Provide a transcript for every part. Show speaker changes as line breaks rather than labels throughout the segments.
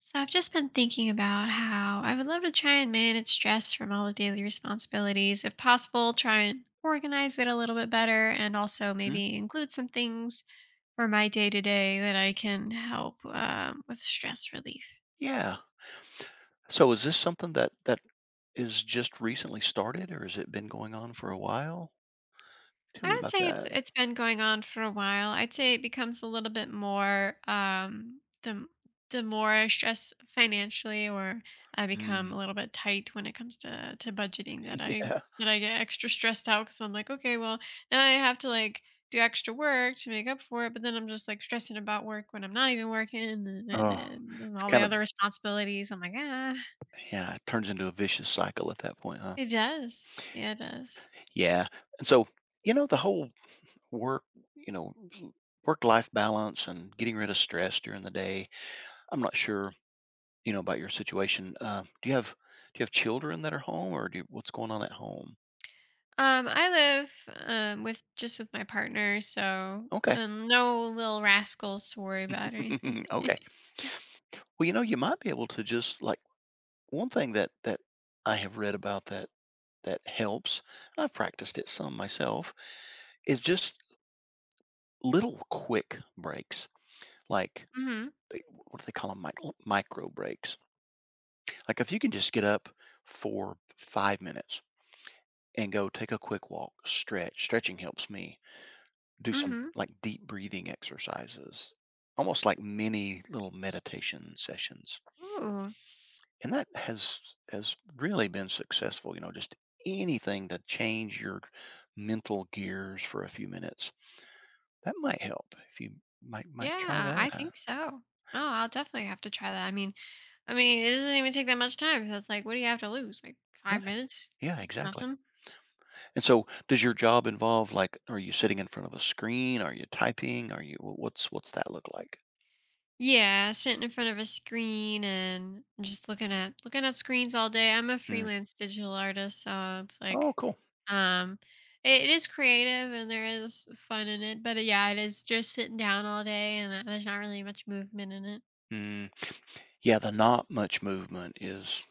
So I've just been thinking about how I would love to try and manage stress from all the daily responsibilities. If possible, try and organize it a little bit better and also
Hmm?
maybe include some things for my day to day that I can help with stress relief.
Yeah. So is this something that is just recently started, or has it been going on for a while?
I
Tell me
would
about
say it's
that.
it's been going on for a while. I'd say it becomes a little bit more the more I stress financially, or I become
Mm.
a little bit tight when it comes to budgeting
Yeah.
that I get extra stressed out because I'm like, okay, well now I have to, like, do extra work to make up for it, but then I'm just like stressing about work when I'm not even working and, and,
Oh,
and
it's
all the
kind of
other responsibilities. I'm like, ah,
yeah. It turns into a vicious cycle at that point, huh?
it does. Yeah, it does.
Yeah. And so the whole work, you know, work life balance and getting rid of stress during the day. I'm not sure, about your situation. Do you have do you have children that are home, or do you, what's going on at home?
I live with just with my partner, so
Okay.
no little rascals to worry about or anything.
Okay. Well, you know, you might be able to just like one thing that I have read about that helps, and I've practiced it some myself, is just little quick breaks, like
Mm-hmm.
what do they call them? Micro breaks. Like if you can just get up for 5 minutes and go take a quick walk, stretch. Stretching helps me do some
Mm-hmm.
like deep breathing exercises, almost like mini little meditation sessions.
Ooh,
And that has really been successful, just anything to change your mental gears for a few minutes that might help. If you might try
yeah, I
that,
think so. Oh, I'll definitely have to try that. I mean, it doesn't even take that much time. So it's like, what do you have to lose? Like, five
yeah,
minutes?
yeah,
It's
exactly.
nothing.
And so does your job involve, like, are you sitting in front of a screen, are you typing, are you what's that look like?
Yeah, sitting in front of a screen and just looking at screens all day. I'm a
Mm.
freelance digital artist, so it's like
Oh cool.
um it is creative and there is fun in it, but yeah, it is just sitting down all day, and there's not really much movement in it.
Mm. Yeah, the not much movement is,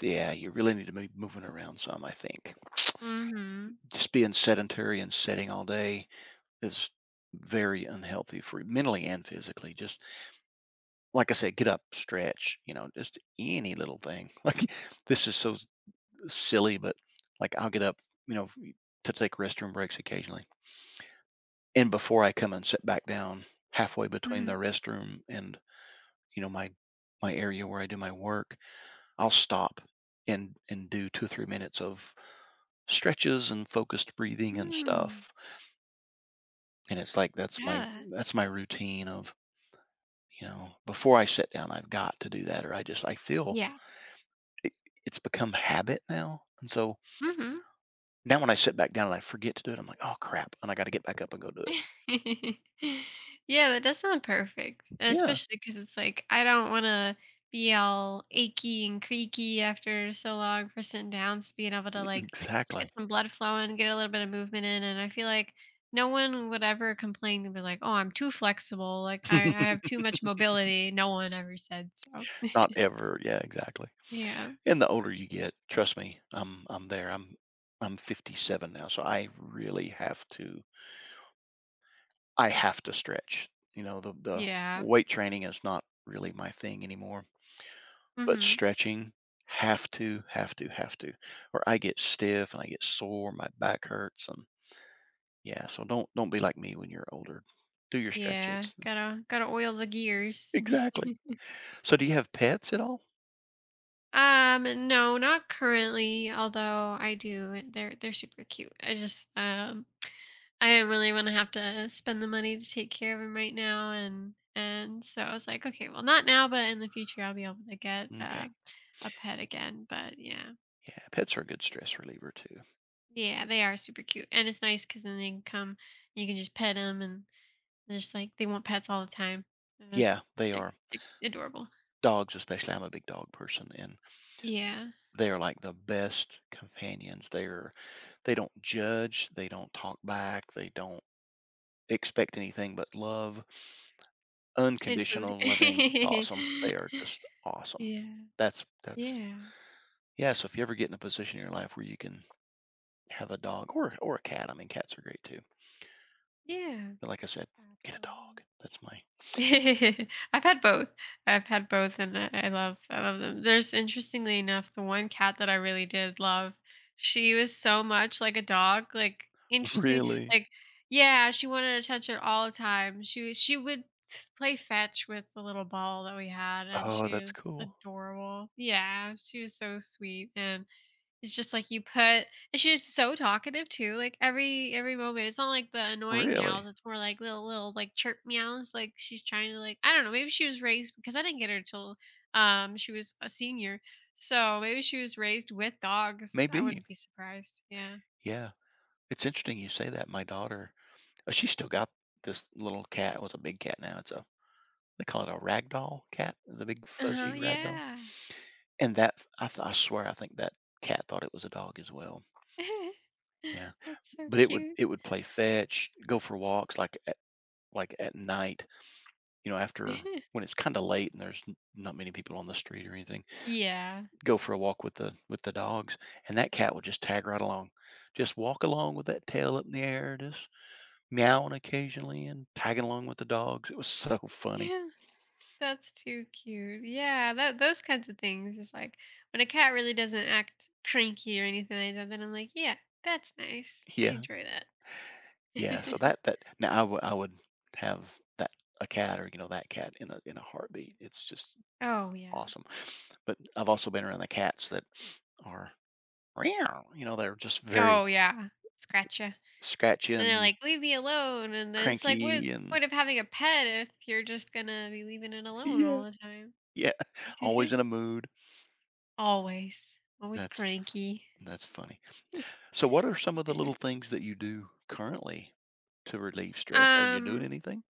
yeah, you really need to be moving around some, I think.
Mhm.
Just being sedentary and sitting all day is very unhealthy for you, mentally and physically. Just like I said, get up, stretch, you know, just any little thing. Like this is so silly, but like I'll get up, you know, to take restroom breaks occasionally. And before I come and sit back down halfway between the
Mhm.
restroom and, my my area where I do my work, I'll stop and do 2 or 3 minutes of stretches and focused breathing and
Mm.
stuff. And it's like
Yeah.
that's my routine of, you know, before I sit down, I've got to do that, or I just I feel
Yeah.
it, it's become habit now. And so
Mhm.
now when I sit back down and I forget to do it, I'm like, oh crap, and I got to get back up and go do it.
Yeah, that does sound perfect. And
Yeah,
especially because it's like, I don't wanna be all achy and creaky after so long for sitting down, so being able to, like, just
exactly.
get some blood flowing, get a little bit of movement in, and I feel like no one would ever complain. They'd be like, "Oh, I'm too flexible, like, I have too much mobility." No one ever said so.
Not ever. Yeah, exactly.
Yeah.
And the older you get, trust me, I'm there. I'm 57 now, so I really have to I have to stretch. You know, the
Yeah.
weight training is not really my thing anymore. But
Mhm.
stretching, have to, have to, have to, or I get stiff and I get sore, my back hurts, and yeah, so don't be like me when you're older. Do your stretches.
Yeah. Gotta gotta oil the gears.
Exactly. So do you have pets at all?
No, not currently, although I do. They're super cute. I just I don't really want to have to spend the money to take care of them right now, and so I was like, okay, well not now, but in the future I'll be able to get
Okay.
a pet again. But yeah.
Yeah, pets are a good stress reliever too.
Yeah, they are super cute. And it's nice cuz then they can come, you can just pet them, and they're just like they want pets all the time. And
Yeah,
it's
they
they're-
are.
they're adorable.
Dogs, especially. I'm a big dog person, and
Yeah.
they are like the best companions. They're they don't judge, they don't talk back, they don't expect anything but love.
And food.
Unconditional, loving, awesome. They are just awesome.
Yeah.
That's
Yeah.
yeah, so if you ever get in a position in your life where you can have a dog or a cat, I mean, cats are great too.
Yeah,
But like I said, get a
absolutely.
dog. That's my
I've had both. And I love I love them. There's, interestingly enough, the one cat that I really did love, she was so much like a dog. Like, interesting,
Really?
like, yeah, she wanted attention all the time. She would play fetch with the little ball that we had, and
Oh,
she
that's
was
cool.
adorable. Yeah, she was so sweet, and it's just like you put and she's so talkative too, like, every moment. It's not like the annoying meows,
Really?
it's more like little, like, chirp meows, like, she's trying to, like, I don't know, maybe she was raised, because I didn't get her till, she was a senior, so maybe she was raised with dogs. I
Maybe.
wouldn't be surprised. Yeah.
Yeah. It's interesting you say that. My daughter, she's still got this little cat. It was a big cat now. It's a they call it a ragdoll cat, the big
Uh-huh,
fuzzy ragdoll.
yeah.
And that I swear I think that cat thought it was a dog as well. Yeah.
That's so
But it would
cute.
it would play fetch, go for walks, like, at night, you know, after when it's kinda late and there's n not many people on the street or anything,
Yeah.
go for a walk with the dogs, and that cat would just tag right along. Just walk along with that tail up in the air, just meowing occasionally and tagging along with the dogs. It was so funny.
That's too cute. Yeah, that those kinds of things is like when a cat really doesn't act cranky or anything like that, then I'm like, yeah, that's nice. I
Yeah,
enjoy that.
yeah, so that now I would have that a cat or, you know, that cat in a heartbeat. It's just
Oh yeah.
awesome. But I've also been around the cats that are meow. You know, they're just
Oh
very
yeah. Scratch ya. And
scratchy
they're
and
like, leave me alone. And then it's like,
cranky
what's the
and
point of having a pet if you're just gonna be leaving it alone
yeah,
all the time?
yeah, always in a mood.
Always. Always
That's f-
cranky.
that's funny. So what are some of the little things that you do currently to relieve stress? Are you doing
um
anything?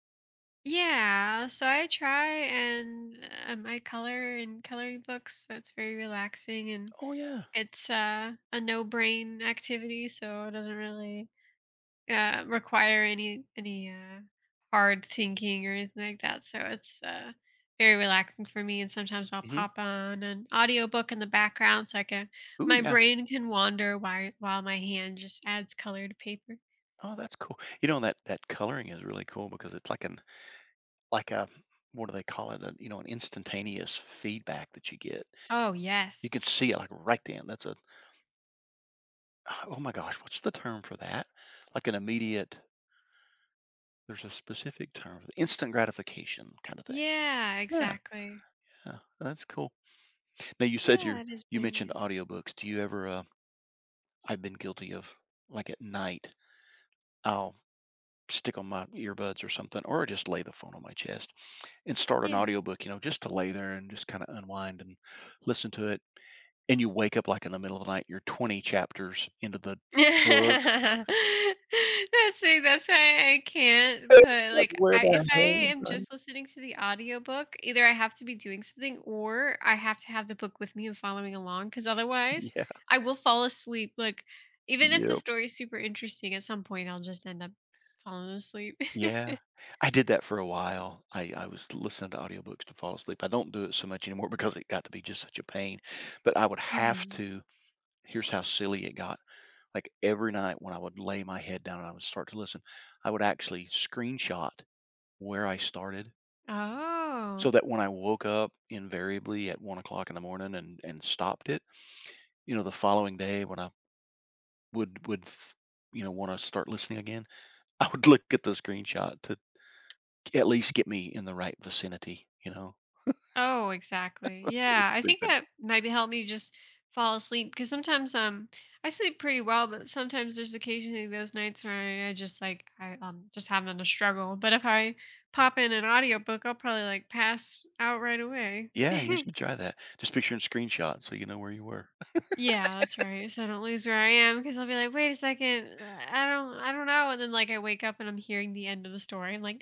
Yeah, so I try and, I color in coloring books. So it's very relaxing, and
Oh yeah.
it's a no brain activity, so it doesn't really require any hard thinking or anything like that. So it's very relaxing for me. And sometimes I'll
Hmm.
pop on an audiobook in the background so I can
Ooh
my
yeah.
brain can wander while my hand just adds color to paper.
Oh, that's cool. You know that coloring is really cool because it's like an like a what do they call it? A, you know, an instantaneous feedback that you get.
Oh
You can
yes.
see
Yeah.
it like right then. That's a oh my gosh, what's the term for that? Like an immediate there's a specific term for the instant gratification kind of thing.
Yeah,
Yeah,
exactly.
yeah, that's cool. Now you said
Yeah,
you're
it is
you
better than
mentioned
it.
audiobooks. Do you ever I've been guilty of like at night, I'll stick on my earbuds or something, or just lay the phone on my chest and start an
Yeah.
audiobook, you know, just to lay there and just kind of unwind and listen to it. And you wake up like in the middle of the night, you're 20 chapters into the book.
That's, see, that's why I can't put,
Like,
like,
where
I if
the
I
hell was
am
I?
just listening to the audiobook, either I have to be doing something or I have to have the book with me and following along, because otherwise
Yeah.
I will fall asleep. Like, even if the
Yep.
story is super interesting, at some point I'll just end up falling asleep.
Yeah. I did that for a while. I was listening to audiobooks to fall asleep. I don't do it so much anymore because it got to be just such a pain, but I would have
Mhm.
to here's how silly it got. Like, every night when I would lay my head down and I would start to listen, I would actually screenshot where I started
Oh.
so that when I woke up invariably at 1 o'clock in the morning and stopped it, you know, the following day when I would f you know, wanna start listening again, I would look at the screenshot to at least get me in the right vicinity, you know?
Oh, exactly. Yeah, I think
Stupid.
it maybe helped me just fall asleep, because sometimes I sleep pretty well, but sometimes there's occasionally those nights where I just like I just having a struggle. But if I pop in an audiobook, I'll probably like pass out right away.
Yeah, you should try that. Just picture and screenshot so you know where you were.
Yeah, that's right. So I don't lose where I am, because I'll be like, wait a second, I don't know, and then like I wake up and I'm hearing the end of the story. I'm like,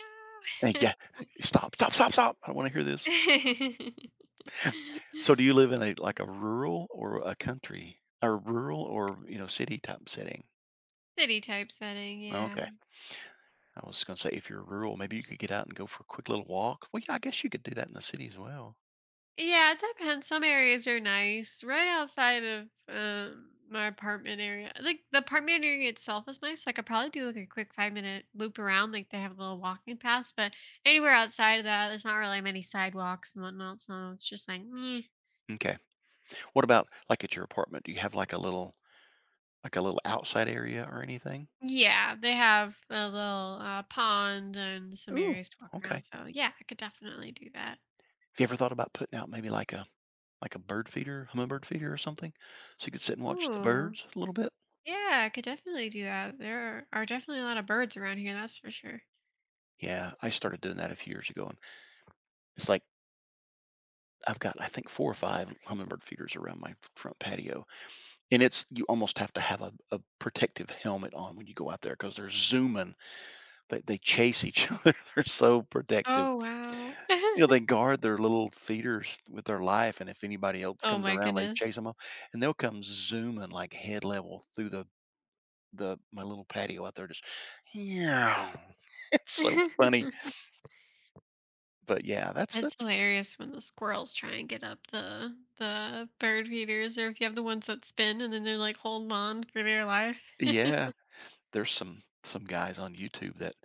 Thank
no.
ya. Stop. I don't wanna hear this. So do you live in a like a rural or a country? Or rural or, you know, city type setting?
City type setting, yeah.
Okay. I was gonna say if you're rural, maybe you could get out and go for a quick little walk. Well, yeah, I guess you could do that in the city as well.
Yeah, it depends. Some areas are nice. Right outside of my apartment area. Like, the apartment area itself is nice. Like, I could probably do like a quick 5 minute loop around. Like, they have a little walking path, but anywhere outside of that, there's not really many sidewalks and whatnot. So it's just like meh.
Okay. What about, like, at your apartment? Do you have like a little outside area or anything?
Yeah, they have a little, pond and some
Ooh,
areas to walk around.
okay. Have
So yeah, I could definitely do that.
you ever thought about putting out maybe like a bird feeder, hummingbird feeder or something, so you could sit and watch the
Ooh.
birds a little bit.
Yeah, I could definitely do that. There are definitely a lot of birds around here, that's for sure.
Yeah, I started doing that a few years ago, and it's like I've got I think 4 or 5 hummingbird feeders around my front patio, and it's you almost have to have a protective helmet on when you go out there because 'cause they're zooming. They chase each other, they're so protective.
Oh wow.
You know, they guard their little feeders with their life, and if anybody else
Oh
comes
my
around, they
goodness.
chase them up, and they'll come zooming like head level through the my little patio out there just yeah. It's so funny. But yeah, that's
It's
that's
hilarious when the squirrels try and get up the bird feeders, or if you have the ones that spin and then they're like holding on for their life.
yeah. There's some guys on YouTube that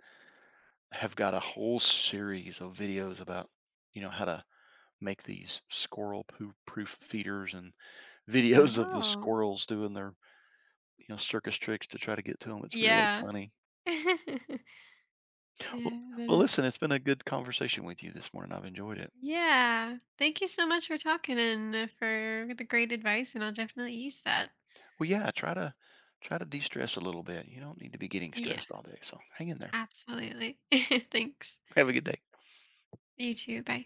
have got a whole series of videos about, you know, how to make these squirrel poo proof feeders and videos of the
Oh,
squirrels doing their, you know, circus tricks to try to get to them. It's really
yeah.
funny. Well,
Yeah, that
well
is.
listen, it's been a good conversation with you this morning. I've enjoyed it.
Yeah. Thank you so much for talking, and for the great advice, and I'll definitely use that.
Well, yeah, try to de-stress a little bit. You don't need to be getting
Yeah,
stressed all day. So hang in there.
absolutely. Thanks.
Have a good day.
You too. Bye.